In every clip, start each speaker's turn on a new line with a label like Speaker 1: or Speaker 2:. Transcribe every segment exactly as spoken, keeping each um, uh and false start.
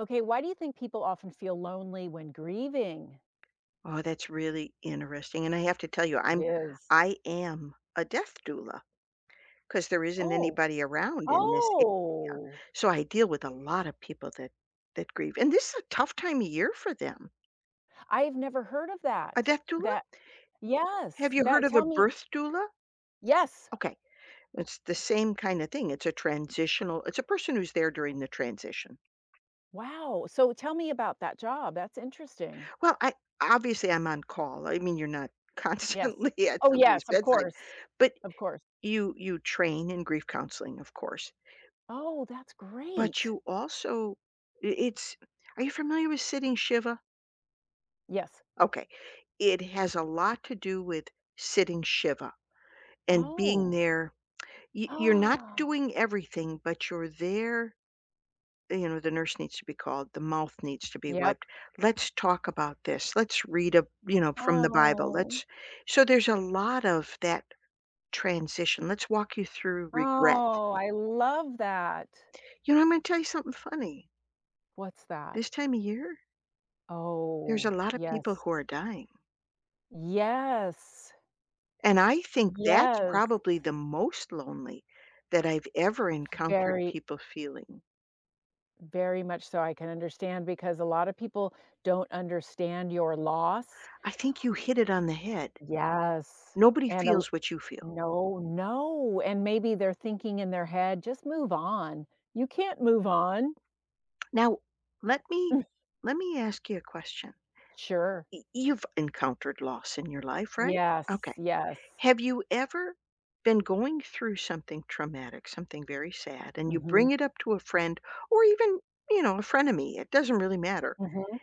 Speaker 1: Okay, why do you think people often feel lonely when grieving?
Speaker 2: Oh, that's really interesting, and I have to tell you, I'm
Speaker 1: Yes.
Speaker 2: I am a death doula because 'cause there isn't
Speaker 1: Oh,
Speaker 2: anybody around in this a
Speaker 1: oh,
Speaker 2: so I deal with a lot of people that that grieve, and this is a tough time of year for them.
Speaker 1: I've never heard of
Speaker 2: A
Speaker 1: that.
Speaker 2: death doula?
Speaker 1: That
Speaker 2: Have
Speaker 1: yes,
Speaker 2: you heard
Speaker 1: that
Speaker 2: of a
Speaker 1: tell me.
Speaker 2: birth doula?
Speaker 1: Yes,
Speaker 2: Okay, it's the same kinda thing, it's a transitional it's a person who's there during the transition.
Speaker 1: wow, so tell me about that job, that's interesting.
Speaker 2: Well, I obviously, I'm on call. I mean, you're not
Speaker 1: Yes.
Speaker 2: constantly at
Speaker 1: Oh,
Speaker 2: somebody's
Speaker 1: yes, of
Speaker 2: bedside,
Speaker 1: course,
Speaker 2: but
Speaker 1: of course.
Speaker 2: you you train in grief counseling, of course.
Speaker 1: Oh, that's
Speaker 2: But
Speaker 1: great.
Speaker 2: you also I it's are you familiar with sitting Shiva?
Speaker 1: Yes.
Speaker 2: Okay. It has a lot to do with sitting Shiva and being
Speaker 1: Oh.
Speaker 2: there. Y you're not
Speaker 1: Oh.
Speaker 2: doing everything, but you're there. You know, the nurse needs to be called, the mouth needs to be
Speaker 1: Yep.
Speaker 2: wiped. "Let's talk about this. Let's read a" you know, "from the Bible.
Speaker 1: Oh,
Speaker 2: Let's" so there's a lot of that transition. Let's walk you through regret.
Speaker 1: oh, I love that.
Speaker 2: You know, I'm gonna tell you something funny.
Speaker 1: What's that?
Speaker 2: This time of year, there's a
Speaker 1: Oh,
Speaker 2: lot of people
Speaker 1: yes.
Speaker 2: who are dying.
Speaker 1: Yes.
Speaker 2: And I think that's
Speaker 1: Yes.
Speaker 2: probably the most lonely that I've ever encountered
Speaker 1: Very,
Speaker 2: people feeling.
Speaker 1: very much so, I can understand because a lot of people don't understand your loss.
Speaker 2: I think you hit it on the head.
Speaker 1: Yes.
Speaker 2: Nobody
Speaker 1: And a
Speaker 2: feels what you feel.
Speaker 1: No, no, and maybe they're thinking in their head, "Just move on." You can't move on.
Speaker 2: Now, let me let me ask you a question.
Speaker 1: Sure.
Speaker 2: Y- You've encountered loss in your life, right?
Speaker 1: Yes,
Speaker 2: Okay.
Speaker 1: yes.
Speaker 2: Have you ever been going through something traumatic, something very sad, and you
Speaker 1: Mhm,
Speaker 2: bring it up to a friend or even, you know, a frenemy, it doesn't really matter,
Speaker 1: mhm.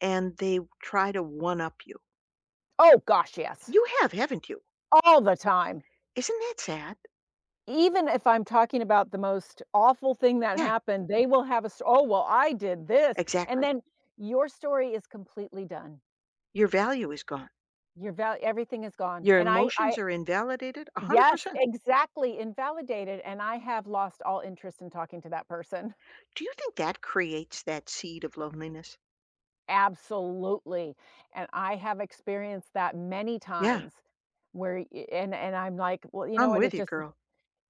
Speaker 2: and they try to one up you?
Speaker 1: Oh gosh, yes.
Speaker 2: You have, haven't you?
Speaker 1: All the time.
Speaker 2: Isn't that sad?
Speaker 1: Even if I'm talking about the most awful thing that
Speaker 2: Yeah,
Speaker 1: happened, they will have a s "Oh, well, I did this," and
Speaker 2: exactly.
Speaker 1: then your story is completely done.
Speaker 2: Your value is gone.
Speaker 1: Your value, everything is gone,
Speaker 2: Your
Speaker 1: and I
Speaker 2: emotions
Speaker 1: I
Speaker 2: are invalidated
Speaker 1: yes,
Speaker 2: one hundred percent.
Speaker 1: exactly, invalidated, and I have lost all interest in talking to that person.
Speaker 2: Do you think that creates that seed of loneliness?
Speaker 1: Absolutely, and I have experienced that many
Speaker 2: Yeah,
Speaker 1: times where I and and I'm like, "Well, you know
Speaker 2: I'm
Speaker 1: what,
Speaker 2: with
Speaker 1: it
Speaker 2: you,
Speaker 1: just."
Speaker 2: girl.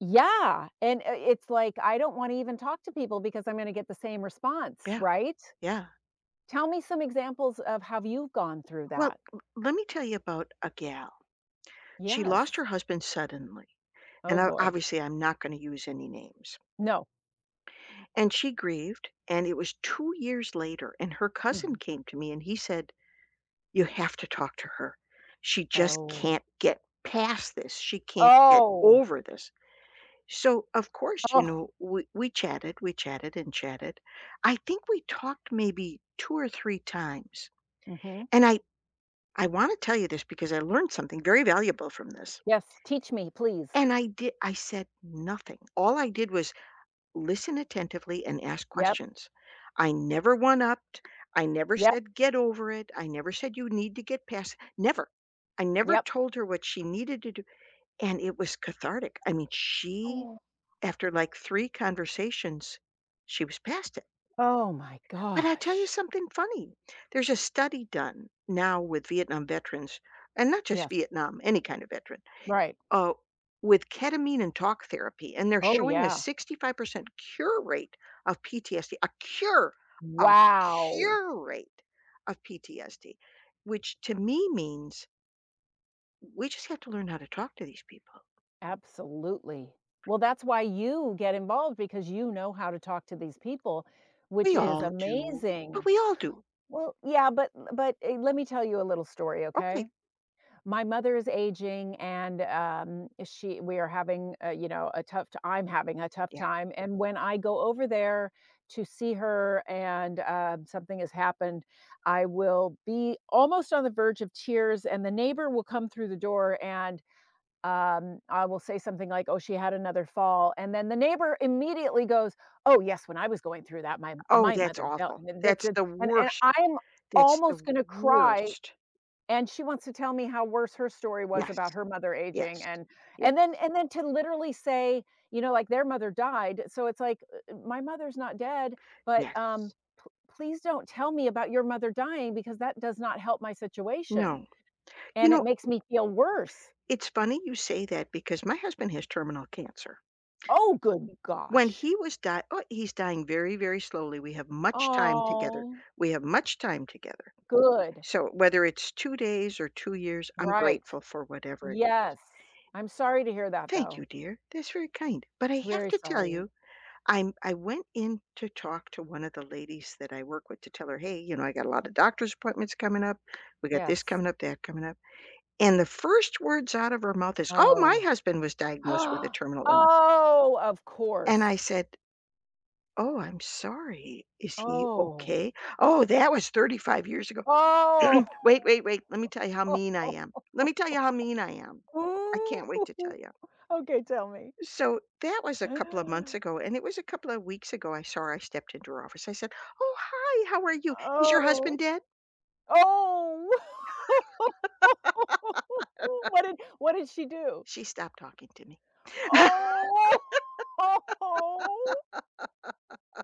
Speaker 1: Yeah, and, uh, it's like, I don't wanna even talk to people because I'm gonna get the same response,
Speaker 2: Yeah,
Speaker 1: right?
Speaker 2: yeah.
Speaker 1: Tell me some examples of how you've gone through
Speaker 2: Well,
Speaker 1: that.
Speaker 2: l- let me tell you about a gal. She lost her
Speaker 1: Yes.
Speaker 2: husband suddenly. And
Speaker 1: Oh,
Speaker 2: I,
Speaker 1: boy.
Speaker 2: obviously, I'm not going to use any names.
Speaker 1: No.
Speaker 2: And she grieved. And it was two years later. And her cousin
Speaker 1: Mhm.
Speaker 2: came to me and he said, you have to talk to her. She just
Speaker 1: Oh.
Speaker 2: can't get past this. She can't get
Speaker 1: Oh.
Speaker 2: over this. So, of course, you
Speaker 1: Oh.
Speaker 2: know, we we chatted, we chatted and chatted. I think we talked maybe two or three times.
Speaker 1: Mhm.
Speaker 2: And I I wanna tell you this because I learned something very valuable from this.
Speaker 1: Yes, teach me, please.
Speaker 2: And I did I said nothing. All I did was listen attentively and ask
Speaker 1: Yep,
Speaker 2: questions. I never one-upped. I never
Speaker 1: yep,
Speaker 2: said, "Get over it." I never said, "You need to get past" Never. I never
Speaker 1: yep.
Speaker 2: told her what she needed to do, and it was cathartic. I mean, she
Speaker 1: Oh.
Speaker 2: After, like, three conversations, she was past it.
Speaker 1: Oh my
Speaker 2: But I'll tell you
Speaker 1: gosh.
Speaker 2: something funny. There's a study done now with Vietnam veterans, and not just
Speaker 1: Yes.
Speaker 2: Vietnam, any kind of veteran,
Speaker 1: Right.
Speaker 2: uh, with ketamine and talk therapy, and they're
Speaker 1: Oh,
Speaker 2: showing a
Speaker 1: yeah.
Speaker 2: sixty-five percent cure rate of P T S D, a cure, a
Speaker 1: Wow.
Speaker 2: cure rate of P T S D, which to me means we just have to learn how to talk to these people.
Speaker 1: Absolutely. Well, that's why you get involved because you know how to talk to these people,
Speaker 2: We
Speaker 1: which is
Speaker 2: all do, but
Speaker 1: amazing.
Speaker 2: we all do.
Speaker 1: Well, yeah, but but, eh, let me tell you a little story, okay?
Speaker 2: Okay.
Speaker 1: My mother is aging and, um, she we are having, uh, you know, a tough t I'm having a tough time, and when I go over there to see her and, um, something has happened, I will be almost on the verge of tears, and the neighbor will come through the door and, um, I will say something like, "Oh, she had another fall," and then the neighbor immediately goes, "Oh, yes, when I was going through that, my
Speaker 2: Oh,
Speaker 1: my
Speaker 2: that's
Speaker 1: mother fell,"
Speaker 2: awful.
Speaker 1: and then that's
Speaker 2: That's
Speaker 1: it,
Speaker 2: the
Speaker 1: and and
Speaker 2: worst.
Speaker 1: I'm
Speaker 2: That's
Speaker 1: almost
Speaker 2: the
Speaker 1: gonna cry,
Speaker 2: worst.
Speaker 1: and she wants to tell me how worse her story was
Speaker 2: Yes,
Speaker 1: about her mother aging.
Speaker 2: yes,
Speaker 1: And
Speaker 2: yes,
Speaker 1: and then and then to literally say, you know, like, their mother died, so it's like, "Uh, my mother's not dead, but, um,
Speaker 2: yes.
Speaker 1: pl please don't tell me about your mother dying because that does not help my situation,
Speaker 2: No. You
Speaker 1: and it
Speaker 2: know,
Speaker 1: makes me feel worse."
Speaker 2: it's funny you say that because my husband has terminal cancer.
Speaker 1: Oh, good
Speaker 2: When
Speaker 1: gosh.
Speaker 2: he was die oh, he's dying very, very slowly. We have much time together.
Speaker 1: Oh,
Speaker 2: We have much time together.
Speaker 1: good.
Speaker 2: So whether it's two days or two years, I'm
Speaker 1: Right.
Speaker 2: grateful for whatever it is.
Speaker 1: Yes. I'm sorry to hear that,
Speaker 2: Thank you,
Speaker 1: though.
Speaker 2: dear. That's very kind. But I have
Speaker 1: Very
Speaker 2: to tell
Speaker 1: sorry.
Speaker 2: you I'm I went in to talk to one of the ladies that I work with to tell her, "Hey, you know, I got a lot of doctor's appointments coming up. We got this
Speaker 1: Yes.
Speaker 2: coming up, that coming up." And the first words out of her mouth is, "Oh, my
Speaker 1: Oh.
Speaker 2: husband was diagnosed with a terminal illness."
Speaker 1: Oh, of
Speaker 2: And
Speaker 1: course.
Speaker 2: I said, "Oh, I'm sorry. Is he
Speaker 1: Oh.
Speaker 2: okay?" "Oh, that was thirty-five years ago."
Speaker 1: Oh.
Speaker 2: "Wait, wait, wait. Let me tell you how mean I am. Let me tell you how mean I am. I can't wait
Speaker 1: Ooh.
Speaker 2: to tell you."
Speaker 1: Okay, tell me.
Speaker 2: So that was a couple of months ago, and it was a couple of weeks ago I saw her, I stepped into her office. I said, "Oh, hi, how are you? Is your husband
Speaker 1: Oh.
Speaker 2: dead?"
Speaker 1: Oh. What did what did she do?
Speaker 2: She stopped talking to me.
Speaker 1: Oh. Oh.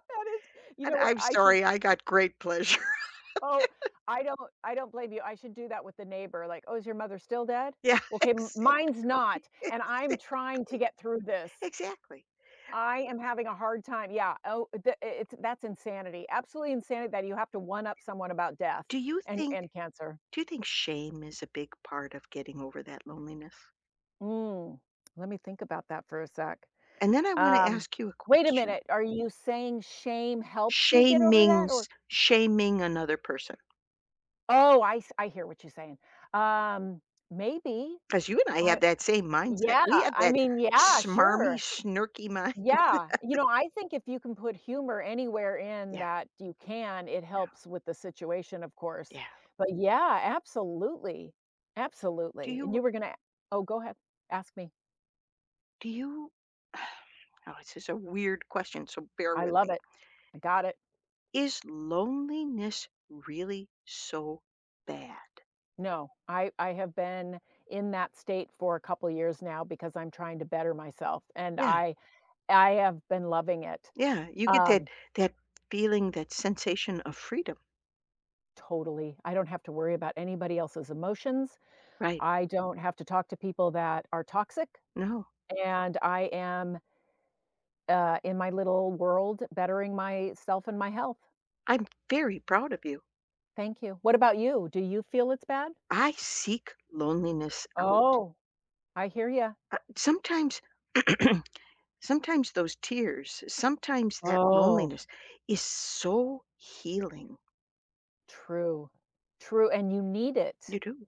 Speaker 1: That is you
Speaker 2: And
Speaker 1: know what,
Speaker 2: I'm
Speaker 1: I should
Speaker 2: sorry, I got great pleasure.
Speaker 1: oh, I don't I don't blame you. I should do that with the neighbor, like, "Oh, is your mother still dead?
Speaker 2: Yeah,
Speaker 1: Okay, m
Speaker 2: exactly,
Speaker 1: mine's not, and I'm trying to
Speaker 2: exactly,
Speaker 1: get through this."
Speaker 2: exactly.
Speaker 1: I am having a hard time. Yeah. Oh, the, it's that's insanity. Absolutely insanity that you have to one up someone about death
Speaker 2: Do you
Speaker 1: and
Speaker 2: think
Speaker 1: and cancer.
Speaker 2: do you think shame is a big part of getting over that loneliness?
Speaker 1: Mm. Let me think about that for a sec.
Speaker 2: And then I wanna
Speaker 1: Um,
Speaker 2: ask you a
Speaker 1: wait a
Speaker 2: question.
Speaker 1: minute. Are you saying shame helps you get over that? Or
Speaker 2: Shamings shaming another person.
Speaker 1: oh, I s- I hear what you're saying. Um, maybe.
Speaker 2: 'Cause you and I have
Speaker 1: I
Speaker 2: that same mindset. We
Speaker 1: yeah.
Speaker 2: have
Speaker 1: I
Speaker 2: that
Speaker 1: mean, yeah.
Speaker 2: smarmy,
Speaker 1: Sure.
Speaker 2: snarky mind.
Speaker 1: Yeah, you know, I think if you can put humor anywhere in
Speaker 2: Yeah,
Speaker 1: that you can, it
Speaker 2: no,
Speaker 1: helps with the situation, of course.
Speaker 2: yeah.
Speaker 1: But yeah, absolutely.
Speaker 2: Do
Speaker 1: Absolutely. And
Speaker 2: you
Speaker 1: you were gonna oh, go ahead. Ask me.
Speaker 2: do you oh, this is a weird question, so bear
Speaker 1: I
Speaker 2: with
Speaker 1: love
Speaker 2: me.
Speaker 1: it. I got it.
Speaker 2: Is loneliness really so bad?
Speaker 1: No, I I have been in that state for a couple years now because I'm trying to better myself, and
Speaker 2: Yeah,
Speaker 1: I I have been loving it.
Speaker 2: yeah, you get that
Speaker 1: Um,
Speaker 2: that feeling, that sensation of freedom,
Speaker 1: totally. I don't have to worry about anybody else's emotions.
Speaker 2: right?
Speaker 1: I don't have to talk to people that are toxic.
Speaker 2: No,
Speaker 1: And I am, uh, in my little world bettering myself and my health.
Speaker 2: I'm very proud of you.
Speaker 1: Thank you. What about you? Do you feel it's bad?
Speaker 2: I seek loneliness out.
Speaker 1: Oh, I hear you.
Speaker 2: Uh, sometimes sometimes those tears, sometimes that
Speaker 1: Oh,
Speaker 2: loneliness is so healing.
Speaker 1: true. True, and you need
Speaker 2: You
Speaker 1: it,
Speaker 2: do.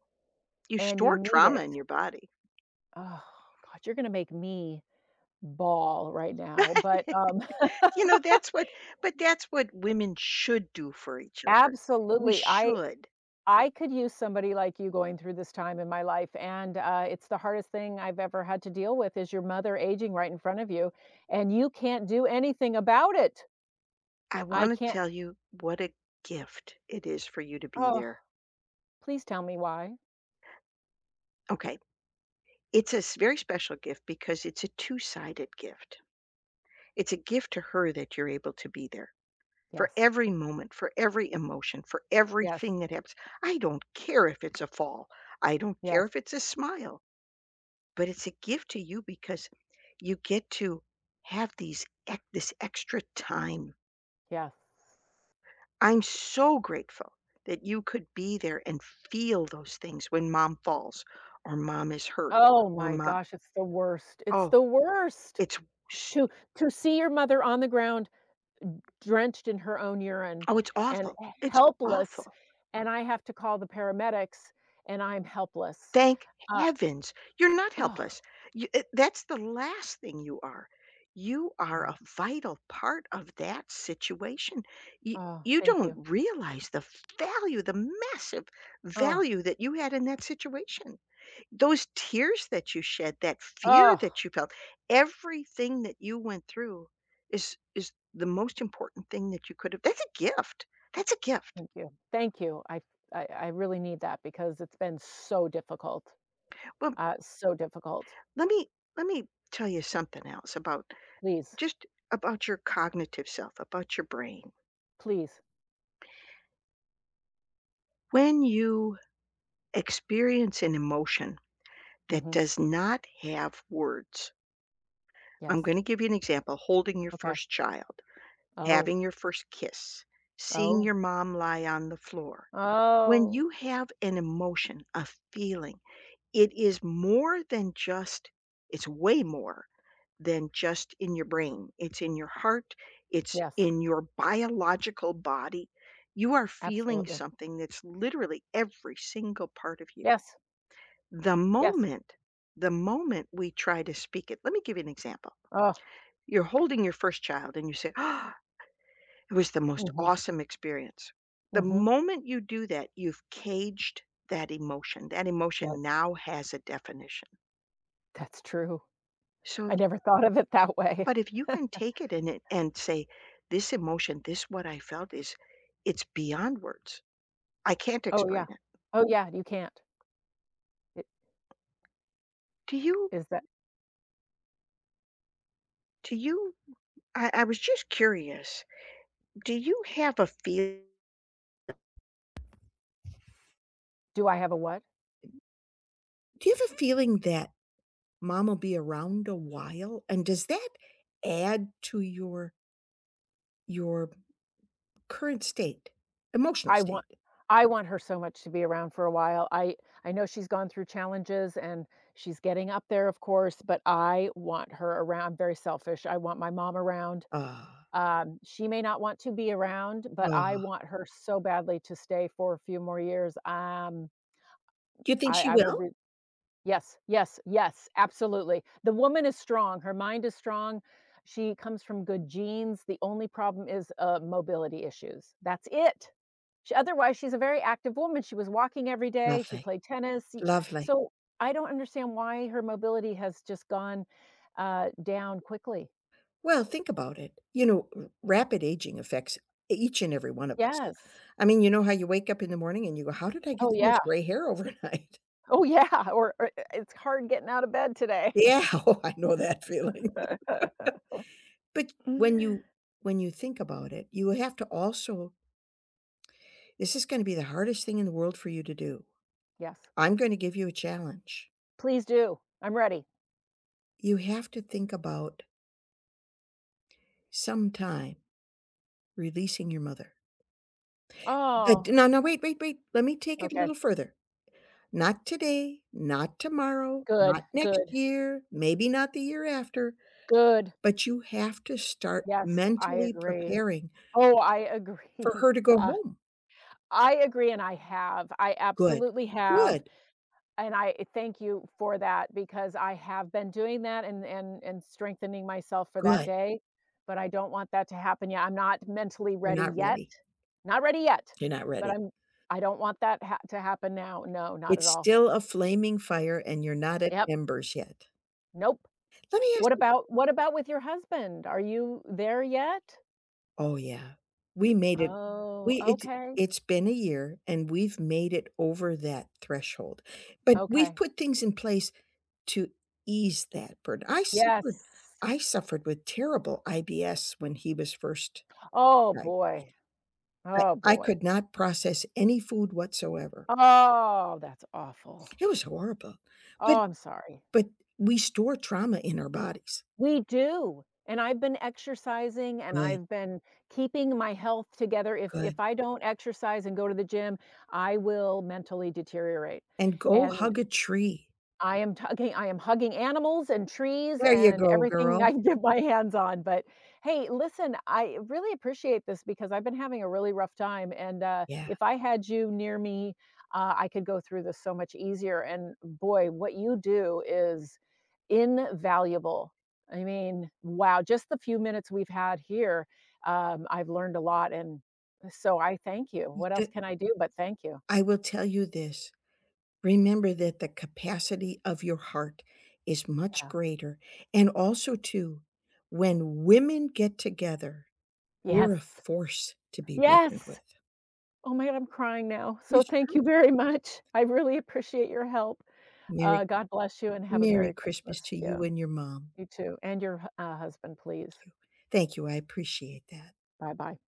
Speaker 2: You
Speaker 1: and you
Speaker 2: store
Speaker 1: need
Speaker 2: trauma
Speaker 1: it.
Speaker 2: in your body.
Speaker 1: Oh, God, you're gonna make me ball right now, but, um
Speaker 2: You know, that's what but that's what women should do for each other. We
Speaker 1: Absolutely, I
Speaker 2: should.
Speaker 1: I could use somebody like you going through this time in my life, and, uh, it's the hardest thing I've ever had to deal with is your mother aging right in front of you, and you can't do anything about it.
Speaker 2: I
Speaker 1: I
Speaker 2: wanna
Speaker 1: can't
Speaker 2: tell you what a gift it is for you to be
Speaker 1: oh,
Speaker 2: there.
Speaker 1: please tell me why.
Speaker 2: Okay, it's a s very special gift because it's a two-sided gift. It's a gift to her that you're able to be there, for
Speaker 1: Yes.
Speaker 2: every moment, for every emotion, for
Speaker 1: Yes.
Speaker 2: everything that happens. I don't care if it's a fall. I don't care
Speaker 1: Yes.
Speaker 2: if it's a smile, but it's a gift to you because you get to have these ec- this extra time.
Speaker 1: Yes.
Speaker 2: I'm so grateful that you could be there and feel those things when mom falls or mom is hurt
Speaker 1: Oh
Speaker 2: or
Speaker 1: my
Speaker 2: mom
Speaker 1: gosh, it's the worst. It's
Speaker 2: oh,
Speaker 1: the worst
Speaker 2: it's s-
Speaker 1: to to see your mother on the ground drenched in her own urine
Speaker 2: oh, it's
Speaker 1: and
Speaker 2: awful. It's
Speaker 1: helpless,
Speaker 2: awful.
Speaker 1: and I have to call the paramedics, and I'm helpless.
Speaker 2: Thank
Speaker 1: Uh
Speaker 2: heavens. You're not
Speaker 1: oh,
Speaker 2: helpless. You eh, that's the last thing you are. You are
Speaker 1: yeah.
Speaker 2: a vital part of that situation. You
Speaker 1: Oh,
Speaker 2: you
Speaker 1: thank you.
Speaker 2: don't realize the value, the massive
Speaker 1: Oh,
Speaker 2: value that you had in that situation. Those tears that you shed, that fear that
Speaker 1: oh,
Speaker 2: you felt, everything that you went through is is the most important thing that you could have that's a gift. That's a gift.
Speaker 1: thank you. Thank you. I I, I really need that because it's been so difficult.
Speaker 2: Well,
Speaker 1: Uh, so difficult.
Speaker 2: let me let me tell you something else about
Speaker 1: Please,
Speaker 2: just about your cognitive self, about your brain.
Speaker 1: please.
Speaker 2: When you experience an emotion that
Speaker 1: Hmm.
Speaker 2: does not have words, I'm going
Speaker 1: Yes.
Speaker 2: to give you an example holding your
Speaker 1: Okay.
Speaker 2: first child,
Speaker 1: Oh,
Speaker 2: having your first kiss, seeing
Speaker 1: oh,
Speaker 2: your mom lie on the floor. When
Speaker 1: oh.
Speaker 2: you have an emotion, a feeling, it is more than just, it's way more than just in your brain. It's in your heart, it's
Speaker 1: Yes.
Speaker 2: in your biological body. You are feeling
Speaker 1: Absolutely.
Speaker 2: something that's literally every single part of you.
Speaker 1: Yes.
Speaker 2: The
Speaker 1: Yes.
Speaker 2: moment the moment we try to speak it. Let me give you an example.
Speaker 1: Oh.
Speaker 2: You're holding your first child and you say, "Ah, it was the most
Speaker 1: Hmm.
Speaker 2: awesome experience." The
Speaker 1: Hmm.
Speaker 2: moment you do that, you've caged that emotion. That emotion
Speaker 1: That's
Speaker 2: now has a definition.
Speaker 1: that's true.
Speaker 2: So
Speaker 1: I never thought of it that way.
Speaker 2: But if you can take it and it and say, "This emotion, this what I felt is it's beyond words. I can't
Speaker 1: Oh yeah.
Speaker 2: explain it."
Speaker 1: Oh yeah. You can't. It,
Speaker 2: Do you
Speaker 1: is that?
Speaker 2: do you I, I was just curious, do you have a feel
Speaker 1: Do I have a what?
Speaker 2: do you have a feeling that mom will be around a while? And does that add to your your current state, emotional
Speaker 1: I want
Speaker 2: state?
Speaker 1: I want her so much to be around for a while. I I know she's gone through challenges and she's getting up there, of course, but I want her around. I'm very selfish. I want my mom around.
Speaker 2: Ah,
Speaker 1: Um, she may not want to be around, but I
Speaker 2: ah.
Speaker 1: want her so badly to stay for a few more years. Um,
Speaker 2: Do you think
Speaker 1: I,
Speaker 2: she
Speaker 1: I will
Speaker 2: will?
Speaker 1: be yes, yes, yes, absolutely. The woman is strong, her mind is strong, she comes from good genes, the only problem is, uh, mobility issues, that's it. She otherwise, she's a very active woman, she was walking every day, she
Speaker 2: Lovely.
Speaker 1: played tennis, y
Speaker 2: Lovely.
Speaker 1: so I don't understand why her mobility has just gone, uh, down quickly.
Speaker 2: Well, think about it. You know, r rapid aging affects each and every one of us.
Speaker 1: Yes.
Speaker 2: I mean, you know how you wake up in the morning and you go, "How did I get
Speaker 1: Oh,
Speaker 2: so much
Speaker 1: yeah.
Speaker 2: gray hair overnight?"
Speaker 1: Oh, yeah, or or, eh, "It's hard getting out of bed today."
Speaker 2: Yeah, oh, I know that feeling. But when you when you think about it, you have to also this is gonna be the hardest thing in the world for you to do.
Speaker 1: Yes.
Speaker 2: I'm gonna give you a challenge.
Speaker 1: Please do. I'm ready.
Speaker 2: You have to think about sometime releasing your mother. But
Speaker 1: Oh,
Speaker 2: no, now wait, wait, wait, let me take it a
Speaker 1: okay.
Speaker 2: little further. Not today, not tomorrow, not
Speaker 1: Good,
Speaker 2: next
Speaker 1: good,
Speaker 2: year, maybe not the year after,
Speaker 1: good.
Speaker 2: but you have to start
Speaker 1: Yes, I
Speaker 2: mentally
Speaker 1: agree.
Speaker 2: preparing
Speaker 1: Oh, I agree.
Speaker 2: for her to go
Speaker 1: Uh,
Speaker 2: home.
Speaker 1: I agree, and I have. I
Speaker 2: "Good,
Speaker 1: absolutely have,
Speaker 2: good,
Speaker 1: and I eh, thank you for that because I have been doing that and and and strengthening myself for that
Speaker 2: good.
Speaker 1: day, but I don't want that to happen yet. I'm not mentally
Speaker 2: You're
Speaker 1: ready
Speaker 2: not
Speaker 1: yet.
Speaker 2: ready.
Speaker 1: Not ready yet,
Speaker 2: You're not
Speaker 1: but
Speaker 2: ready.
Speaker 1: I'm I don't want that ha to happen now. No, not at
Speaker 2: It's
Speaker 1: all.
Speaker 2: still a flaming fire and you're not at
Speaker 1: Yep.
Speaker 2: embers yet."
Speaker 1: Nope.
Speaker 2: Let me ask
Speaker 1: What
Speaker 2: you
Speaker 1: about what about with your husband? Are you there yet?
Speaker 2: Oh, yeah. We made it
Speaker 1: Oh,
Speaker 2: we it's
Speaker 1: okay.
Speaker 2: it's been a year and we've made it over that threshold, but we've
Speaker 1: Okay.
Speaker 2: put things in place to ease that burden. I suffered
Speaker 1: Yes.
Speaker 2: I suffered with terrible I B S when he was first
Speaker 1: Oh,
Speaker 2: diagnosed.
Speaker 1: boy.
Speaker 2: I
Speaker 1: Oh,
Speaker 2: I
Speaker 1: boy.
Speaker 2: could not process any food whatsoever.
Speaker 1: Oh, that's awful.
Speaker 2: It was horrible, but
Speaker 1: Oh, I'm sorry.
Speaker 2: but we store trauma in our bodies.
Speaker 1: We do, and I've been exercising, and
Speaker 2: Good,
Speaker 1: I've been keeping my health together. If
Speaker 2: good,
Speaker 1: if I don't exercise and go to the gym, I will mentally deteriorate,
Speaker 2: and go
Speaker 1: and
Speaker 2: hug a tree.
Speaker 1: I am tugging I am hugging animals and trees
Speaker 2: There you
Speaker 1: and
Speaker 2: go,
Speaker 1: everything
Speaker 2: girl.
Speaker 1: I can get my hands on, but hey, listen, I really appreciate this because I've been having a really rough time, and, uh,
Speaker 2: Yeah.
Speaker 1: if I had you near me, uh, I could go through this so much easier, and boy, what you do is invaluable. I mean, wow, just the few minutes we've had here, um, I've learned a lot, and so I thank you.
Speaker 2: You
Speaker 1: What else
Speaker 2: d
Speaker 1: can I do but thank you?
Speaker 2: I will tell you this, remember that the capacity of your heart is much
Speaker 1: Yeah.
Speaker 2: greater, and also too, when women get together you're a
Speaker 1: Yes.
Speaker 2: force to be reckoned
Speaker 1: Yes.
Speaker 2: with.
Speaker 1: Oh my god, I'm crying now. So
Speaker 2: It's
Speaker 1: thank
Speaker 2: true.
Speaker 1: you very much. I really appreciate your help.
Speaker 2: Merry
Speaker 1: Uh, God bless you and have a
Speaker 2: Merry
Speaker 1: Merry
Speaker 2: Christmas
Speaker 1: Christmas.
Speaker 2: to
Speaker 1: Yeah,
Speaker 2: you and your mom.
Speaker 1: you too. And your hu uh, husband, please.
Speaker 2: Thank you. Thank you, I appreciate that.
Speaker 1: Bye-bye.